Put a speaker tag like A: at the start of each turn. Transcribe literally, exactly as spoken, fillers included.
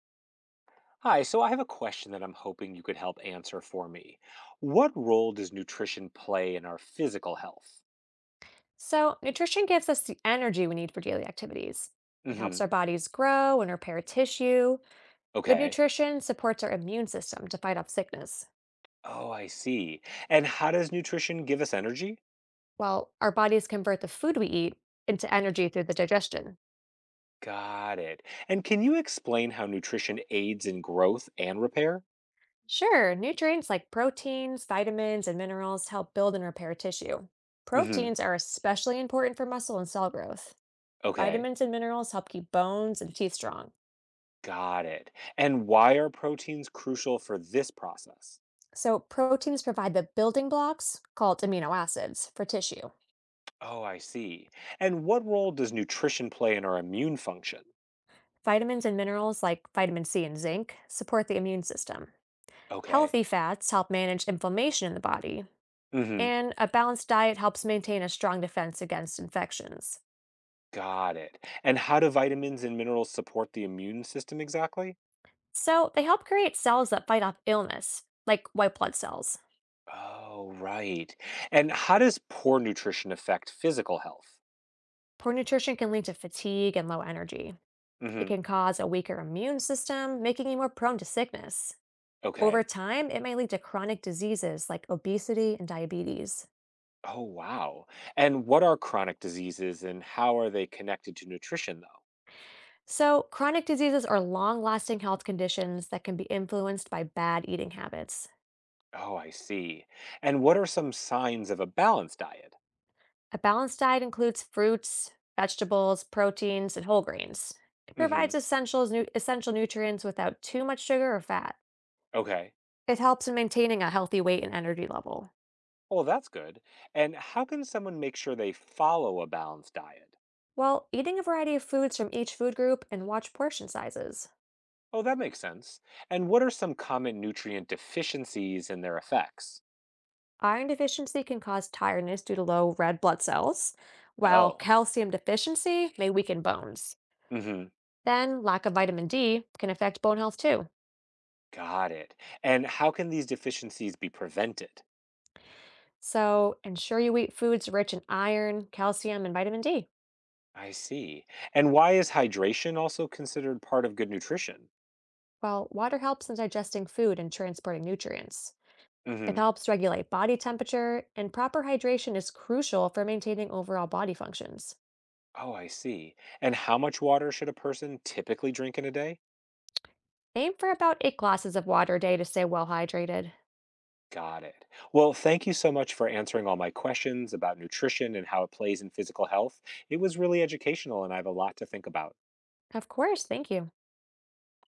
A: Hi, so I have a question that I'm hoping you could help answer for me. What role does nutrition play in our physical health?
B: So, nutrition gives us the energy we need for daily activities. It helps
A: Hmm.
B: our bodies grow and repair tissue. Good
A: Okay.
B: nutrition supports our immune system to fight off sickness,
A: Oh, I see. And how does nutrition give us energy?
B: while our bodies convert the food we eat into energy through the digestion.
A: Got it. And can you explain how nutrition aids in growth and repair?
B: Sure, nutrients like proteins, vitamins, and minerals help build and repair tissue.
A: Hmm.
B: Proteins are especially important for muscle and cell growth.
A: Okay.
B: Vitamins and minerals help keep bones and teeth strong.
A: Got it. And why are proteins crucial for this process?
B: So, proteins provide the building blocks, called amino acids, for tissue.
A: Oh, I see. And what role does nutrition play in our immune function?
B: Vitamins and minerals like vitamin C and zinc support the immune system.
A: Okay.
B: Healthy fats help manage inflammation in the body, and a balanced diet helps maintain a strong defense against infections.
A: Got it. And how do vitamins and minerals support the immune system exactly?
B: So, they help create cells that fight off illness, like white blood cells.
A: Oh, right. And how does poor nutrition affect physical health?
B: Poor nutrition can lead to fatigue and low energy. It
A: Hmm.
B: can cause a weaker immune system, making you more prone to sickness. Over
A: Okay.
B: time, it may lead to chronic diseases like obesity and diabetes.
A: Oh, wow. And what are chronic diseases and how are they connected to nutrition, though?
B: So, chronic diseases are long lasting health conditions that can be influenced by bad eating habits.
A: Oh, I see. And what are some signs of a balanced diet?
B: A balanced diet includes fruits, vegetables, proteins, and whole grains. It
A: Hmm.
B: provides essentials, nu- essential nutrients without too much sugar or fat.
A: Okay.
B: It helps in maintaining a healthy weight and energy level,
A: Well, that's good. And how can someone make sure they follow a balanced diet?
B: while eating a variety of foods from each food group and watch portion sizes.
A: Oh, that makes sense. And what are some common nutrient deficiencies and their effects?
B: Iron deficiency can cause tiredness due to low red blood cells, while
A: Oh,
B: calcium deficiency may weaken bones.
A: mm-hmm.
B: Then, lack of vitamin D can affect bone health too.
A: Got it. And how can these deficiencies be prevented?
B: So, ensure you eat foods rich in iron, calcium, and vitamin D.
A: I see. And why is hydration also considered part of good nutrition?
B: Well, water helps in digesting food and transporting nutrients. It
A: Mm-hmm.
B: helps regulate body temperature, and proper hydration is crucial for maintaining overall body functions.
A: Oh, I see. And how much water should a person typically drink in a day?
B: Aim for about eight glasses of water a day to stay well hydrated.
A: Got it. Well, thank you so much for answering all my questions about nutrition and how it plays in physical health. It was really educational, and I have a lot to think about.
B: Of course, thank you.